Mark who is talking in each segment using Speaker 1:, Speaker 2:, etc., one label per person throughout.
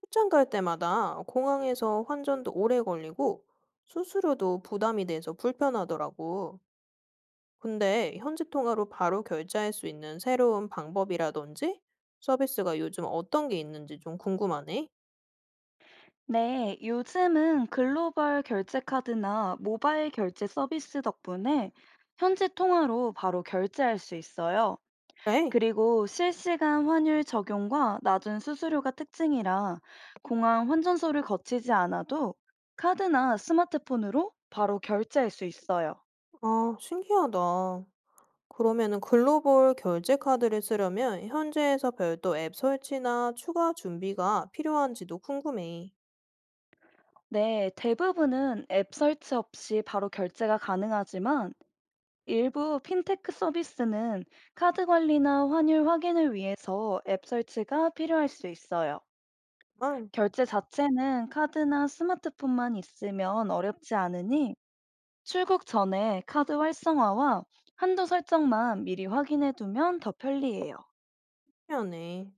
Speaker 1: 출장 갈 때마다 공항에서 환전도 오래 걸리고 수수료도 부담이 돼서 불편하더라고. 근데 현지 통화로 바로 결제할 수 있는 새로운 방법이라든지 서비스가 요즘 어떤 게 있는지 좀 궁금하네.
Speaker 2: 네, 요즘은 글로벌 결제 카드나 모바일 결제 서비스 덕분에 현지 통화로 바로 결제할 수 있어요.
Speaker 1: 그래?
Speaker 2: 그리고 실시간 환율 적용과 낮은 수수료가 특징이라 공항 환전소를 거치지 않아도 카드나 스마트폰으로 바로 결제할 수 있어요.
Speaker 1: 아, 신기하다. 그러면은 글로벌 결제 카드를 쓰려면 현지에서 별도 앱 설치나 추가 준비가 필요한지도 궁금해.
Speaker 2: 네, 대부분은 앱 설치 없이 바로 결제가 가능하지만 일부 핀테크 서비스는 카드 관리나 환율 확인을 위해서 앱 설치가 필요할 수 있어요.
Speaker 1: 아,
Speaker 2: 결제 자체는 카드나 스마트폰만 있으면 어렵지 않으니 출국 전에 카드 활성화와 한도 설정만 미리 확인해 두면 더 편리해요.
Speaker 1: 신기하네.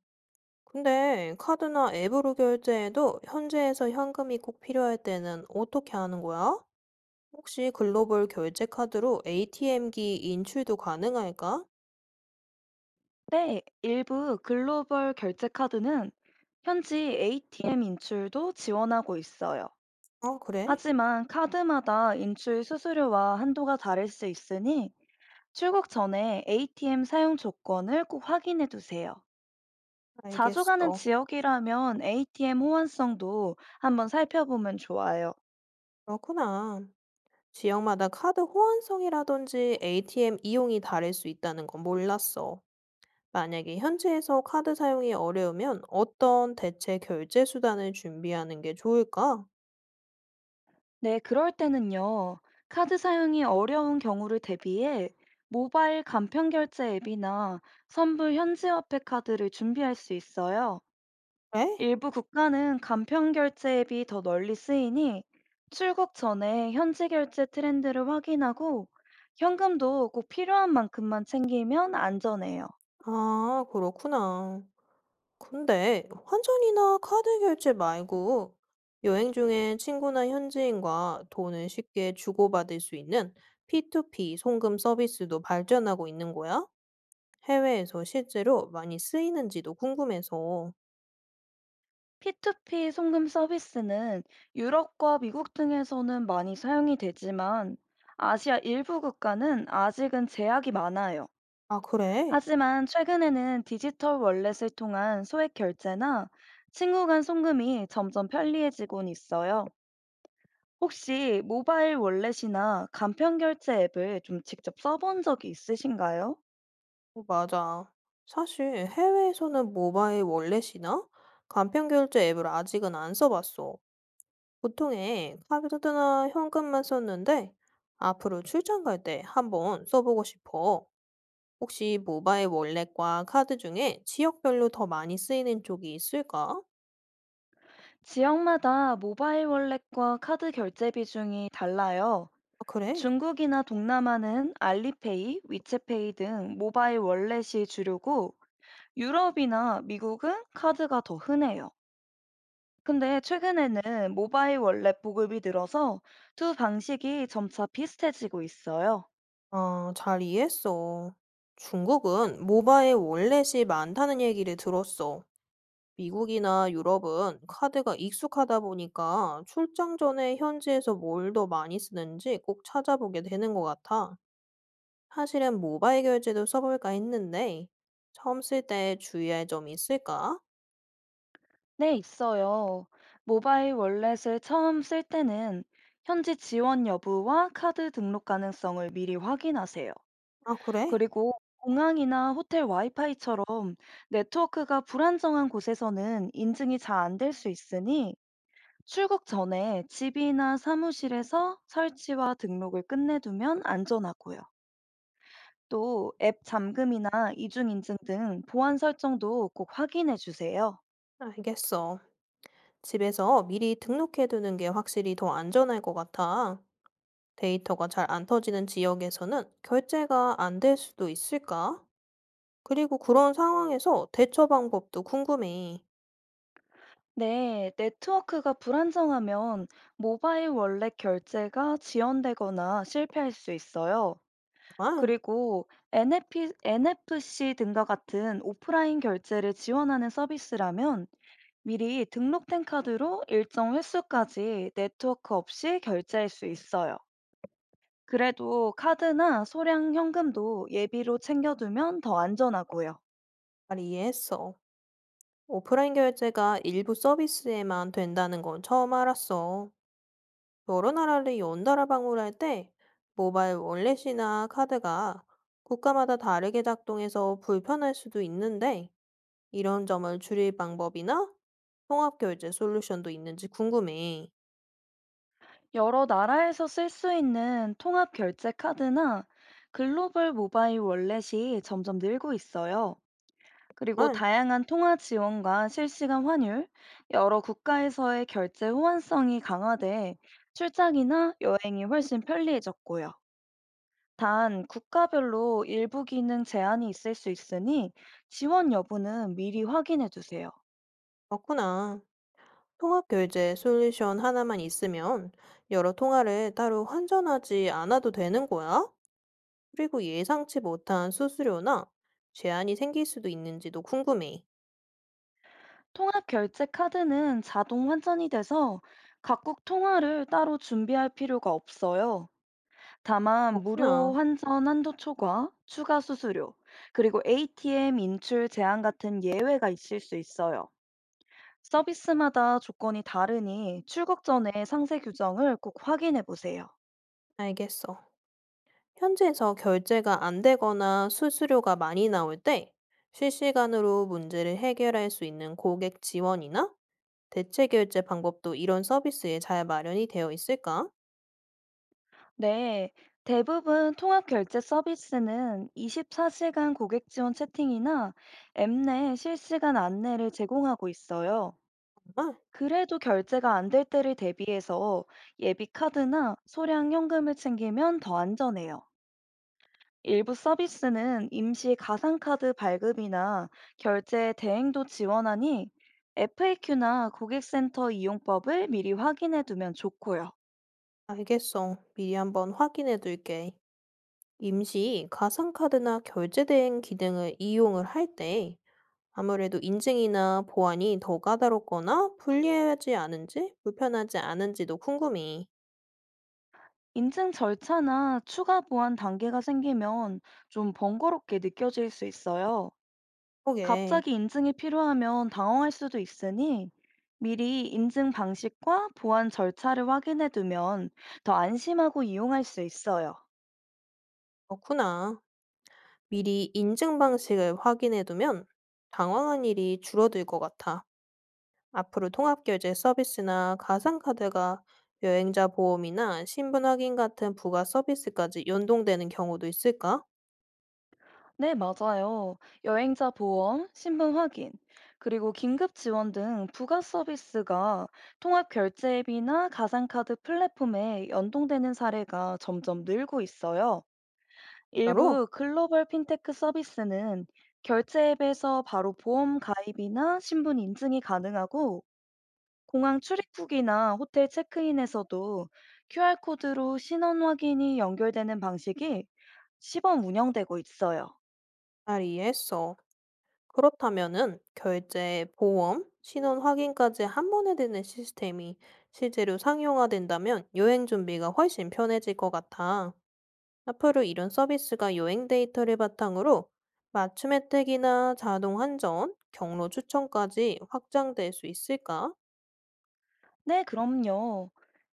Speaker 1: 근데 카드나 앱으로 결제해도 현지에서 현금이 꼭 필요할 때는 어떻게 하는 거야? 혹시 글로벌 결제 카드로 ATM기 인출도 가능할까?
Speaker 2: 네, 일부 글로벌 결제 카드는 현지 ATM 인출도 지원하고 있어요.
Speaker 1: 아, 그래?
Speaker 2: 하지만 카드마다 인출 수수료와 한도가 다를 수 있으니 출국 전에 ATM 사용 조건을 꼭 확인해 두세요. 자주 가는
Speaker 1: 알겠어.
Speaker 2: 지역이라면 ATM 호환성도 한번 살펴보면 좋아요.
Speaker 1: 그렇구나. 지역마다 카드 호환성이라든지 ATM 이용이 다를 수 있다는 건 몰랐어. 만약에 현지에서 카드 사용이 어려우면 어떤 대체 결제 수단을 준비하는 게 좋을까?
Speaker 2: 네, 그럴 때는요. 카드 사용이 어려운 경우를 대비해 모바일 간편결제 앱이나 선불 현지화폐 카드를 준비할 수 있어요.
Speaker 1: 그래?
Speaker 2: 일부 국가는 간편 결제 앱이 더 널리 쓰이니 출국 전에 현지 결제 트렌드를 확인하고 현금도 꼭 필요한 만큼만 챙기면 안전해요.
Speaker 1: 아, 그렇구나. 근데 환전이나 카드 결제 말고 여행 중에 친구나 현지인과 돈을 쉽게 주고받을 수 있는 P2P 송금 서비스도 발전하고 있는 거야? 해외에서 실제로 많이 쓰이는지도 궁금해서.
Speaker 2: P2P 송금 서비스는 유럽과 미국 등에서는 많이 사용이 되지만 아시아 일부 국가는 아직은 제약이 많아요.
Speaker 1: 아, 그래?
Speaker 2: 하지만 최근에는 디지털 월렛을 통한 소액 결제나 친구 간 송금이 점점 편리해지곤 있어요. 혹시 모바일 월렛이나 간편결제 앱을 좀 직접 써본 적이 있으신가요?
Speaker 1: 어, 맞아. 사실 해외에서는 모바일 월렛이나 간편 결제 앱을 아직은 안 써봤어. 보통에 카드나 현금만 썼는데 앞으로 출장 갈 때 한번 써보고 싶어. 혹시 모바일 월렛과 카드 중에 지역별로 더 많이 쓰이는 쪽이 있을까?
Speaker 2: 지역마다 모바일 월렛과 카드 결제 비중이 달라요.
Speaker 1: 아, 그래?
Speaker 2: 중국이나 동남아는 알리페이, 위챗페이 등 모바일 월렛이 주류고 유럽이나 미국은 카드가 더 흔해요. 근데 최근에는 모바일 월렛 보급이 늘어서 두 방식이 점차 비슷해지고 있어요.
Speaker 1: 아, 잘 이해했어. 중국은 모바일 월렛이 많다는 얘기를 들었어. 미국이나 유럽은 카드가 익숙하다 보니까 출장 전에 현지에서 뭘 더 많이 쓰는지 꼭 찾아보게 되는 것 같아. 사실은 모바일 결제도 써볼까 했는데, 처음 쓸 때 주의할 점이 있을까?
Speaker 2: 네, 있어요. 모바일 월렛을 처음 쓸 때는 현지 지원 여부와 카드 등록 가능성을 미리 확인하세요.
Speaker 1: 아, 그래?
Speaker 2: 그리고 공항이나 호텔 와이파이처럼 네트워크가 불안정한 곳에서는 인증이 잘 안 될 수 있으니 출국 전에 집이나 사무실에서 설치와 등록을 끝내두면 안전하고요. 또 앱 잠금이나 이중 인증 등 보안 설정도 꼭 확인해 주세요.
Speaker 1: 알겠어. 집에서 미리 등록해두는 게 확실히 더 안전할 것 같아. 데이터가 잘 안 터지는 지역에서는 결제가 안 될 수도 있을까? 그리고 그런 상황에서 대처 방법도 궁금해.
Speaker 2: 네, 네트워크가 불안정하면 모바일 월렛 결제가 지연되거나 실패할 수 있어요.
Speaker 1: 정말
Speaker 2: 그리고 NFP, NFC 등과 같은 오프라인 결제를 지원하는 서비스라면 미리 등록된 카드로 일정 횟수까지 네트워크 없이 결제할 수 있어요. 그래도 카드나 소량 현금도 예비로 챙겨두면 더 안전하고요.
Speaker 1: 잘 이해했어. 오프라인 결제가 일부 서비스에만 된다는 건 처음 알았어. 여러 나라를 연달아 방문할 때 모바일 월렛이나 카드가 국가마다 다르게 작동해서 불편할 수도 있는데 이런 점을 줄일 방법이나 통합결제 솔루션도 있는지 궁금해.
Speaker 2: 여러 나라에서 쓸 수 있는 통합 결제 카드나 글로벌 모바일 월렛이 점점 늘고 있어요. 그리고
Speaker 1: 정말?
Speaker 2: 다양한 통화 지원과 실시간 환율, 여러 국가에서의 결제 호환성이 강화돼 출장이나 여행이 훨씬 편리해졌고요. 단, 국가별로 일부 기능 제한이 있을 수 있으니 지원 여부는 미리 확인해 두세요.
Speaker 1: 그렇구나. 통합결제 솔루션 하나만 있으면 여러 통화를 따로 환전하지 않아도 되는 거야? 그리고 예상치 못한 수수료나 제한이 생길 수도 있는지도 궁금해.
Speaker 2: 통합 결제 카드는 자동 환전이 돼서 각국 통화를 따로 준비할 필요가 없어요. 다만 무료
Speaker 1: 그렇구나.
Speaker 2: 환전 한도 초과, 추가 수수료, 그리고 ATM 인출 제한 같은 예외가 있을 수 있어요. 서비스마다 조건이 다르니 출국 전에 상세 규정을 꼭 확인해 보세요.
Speaker 1: 알겠어. 현지에서 결제가 안 되거나 수수료가 많이 나올 때 실시간으로 문제를 해결할 수 있는 고객 지원이나 대체 결제 방법도 이런 서비스에 잘 마련이 되어 있을까?
Speaker 2: 네, 대부분 통합 결제 서비스는 24시간 고객 지원 채팅이나 앱 내 실시간 안내를 제공하고 있어요.
Speaker 1: 정말?
Speaker 2: 그래도 결제가 안 될 때를 대비해서 예비 카드나 소량 현금을 챙기면 더 안전해요. 일부 서비스는 임시 가상카드 발급이나 결제 대행도 지원하니 FAQ나 고객센터 이용법을 미리 확인해 두면 좋고요.
Speaker 1: 알겠어. 미리 한번 확인해 둘게. 임시 가상카드나 결제대행 기능을 이용을 할 때 아무래도 인증이나 보안이 더 까다롭거나 불리하지 않은지 불편하지 않은지도 궁금해.
Speaker 2: 인증 절차나 추가 보안 단계가 생기면 좀 번거롭게 느껴질 수 있어요.
Speaker 1: 그게
Speaker 2: 갑자기 인증이 필요하면 당황할 수도 있으니 미리 인증 방식과 보안 절차를 확인해 두면 더 안심하고 이용할 수 있어요.
Speaker 1: 그렇구나. 미리 인증 방식을 확인해 두면 당황한 일이 줄어들 것 같아. 앞으로 통합결제 서비스나 가상카드가 여행자 보험이나 신분 확인 같은 부가 서비스까지 연동되는 경우도 있을까?
Speaker 2: 네, 맞아요. 여행자 보험, 신분 확인, 그리고 긴급 지원 등 부가 서비스가 통합 결제 앱이나 가상카드 플랫폼에 연동되는 사례가 점점 늘고 있어요.
Speaker 1: 따로
Speaker 2: 일부 글로벌 핀테크 서비스는 결제 앱에서 바로 보험 가입이나 신분 인증이 가능하고 공항 출입국이나 호텔 체크인에서도 QR코드로 신원 확인이 연결되는 방식이 시범 운영되고 있어요.
Speaker 1: 잘 이해했어. 그렇다면은 결제, 보험, 신원 확인까지 한 번에 되는 시스템이 실제로 상용화된다면 여행 준비가 훨씬 편해질 것 같아. 앞으로 이런 서비스가 여행 데이터를 바탕으로 맞춤 혜택이나 자동 한전, 경로 추천까지 확장될 수 있을까?
Speaker 2: 네, 그럼요.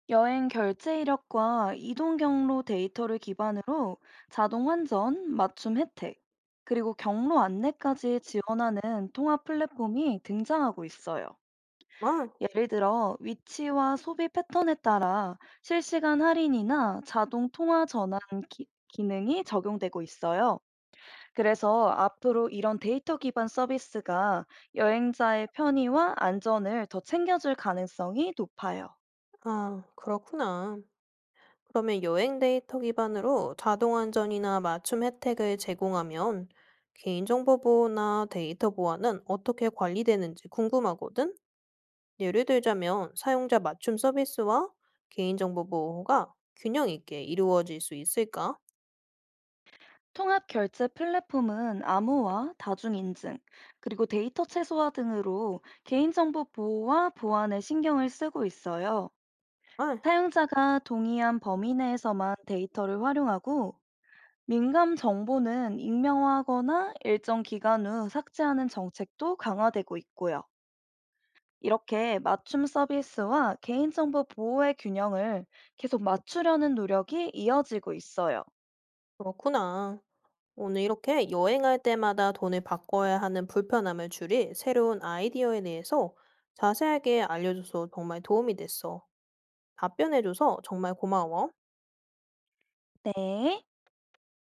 Speaker 2: 여행 결제 이력과 이동 경로 데이터를 기반으로 자동 환전, 맞춤 혜택, 그리고 경로 안내까지 지원하는 통합 플랫폼이 등장하고 있어요.
Speaker 1: 아,
Speaker 2: 예를 들어 위치와 소비 패턴에 따라 실시간 할인이나 자동 통화 전환 기, 기능이 적용되고 있어요. 그래서 앞으로 이런 데이터 기반 서비스가 여행자의 편의와 안전을 더 챙겨줄 가능성이 높아요.
Speaker 1: 아, 그렇구나. 그러면 여행 데이터 기반으로 자동 안전이나 맞춤 혜택을 제공하면 개인정보 보호나 데이터 보안은 어떻게 관리되는지 궁금하거든? 예를 들자면 사용자 맞춤 서비스와 개인정보 보호가 균형 있게 이루어질 수 있을까?
Speaker 2: 통합 결제 플랫폼은 암호화, 다중인증, 그리고 데이터 최소화 등으로 개인정보 보호와 보안에 신경을 쓰고 있어요.
Speaker 1: 아,
Speaker 2: 사용자가 동의한 범위 내에서만 데이터를 활용하고 민감 정보는 익명화하거나 일정 기간 후 삭제하는 정책도 강화되고 있고요. 이렇게 맞춤 서비스와 개인정보 보호의 균형을 계속 맞추려는 노력이 이어지고 있어요.
Speaker 1: 그렇구나. 오늘 이렇게 여행할 때마다 돈을 바꿔야 하는 불편함을 줄일 새로운 아이디어에 대해서 자세하게 알려줘서 정말 도움이 됐어. 답변해줘서 정말 고마워.
Speaker 2: 네.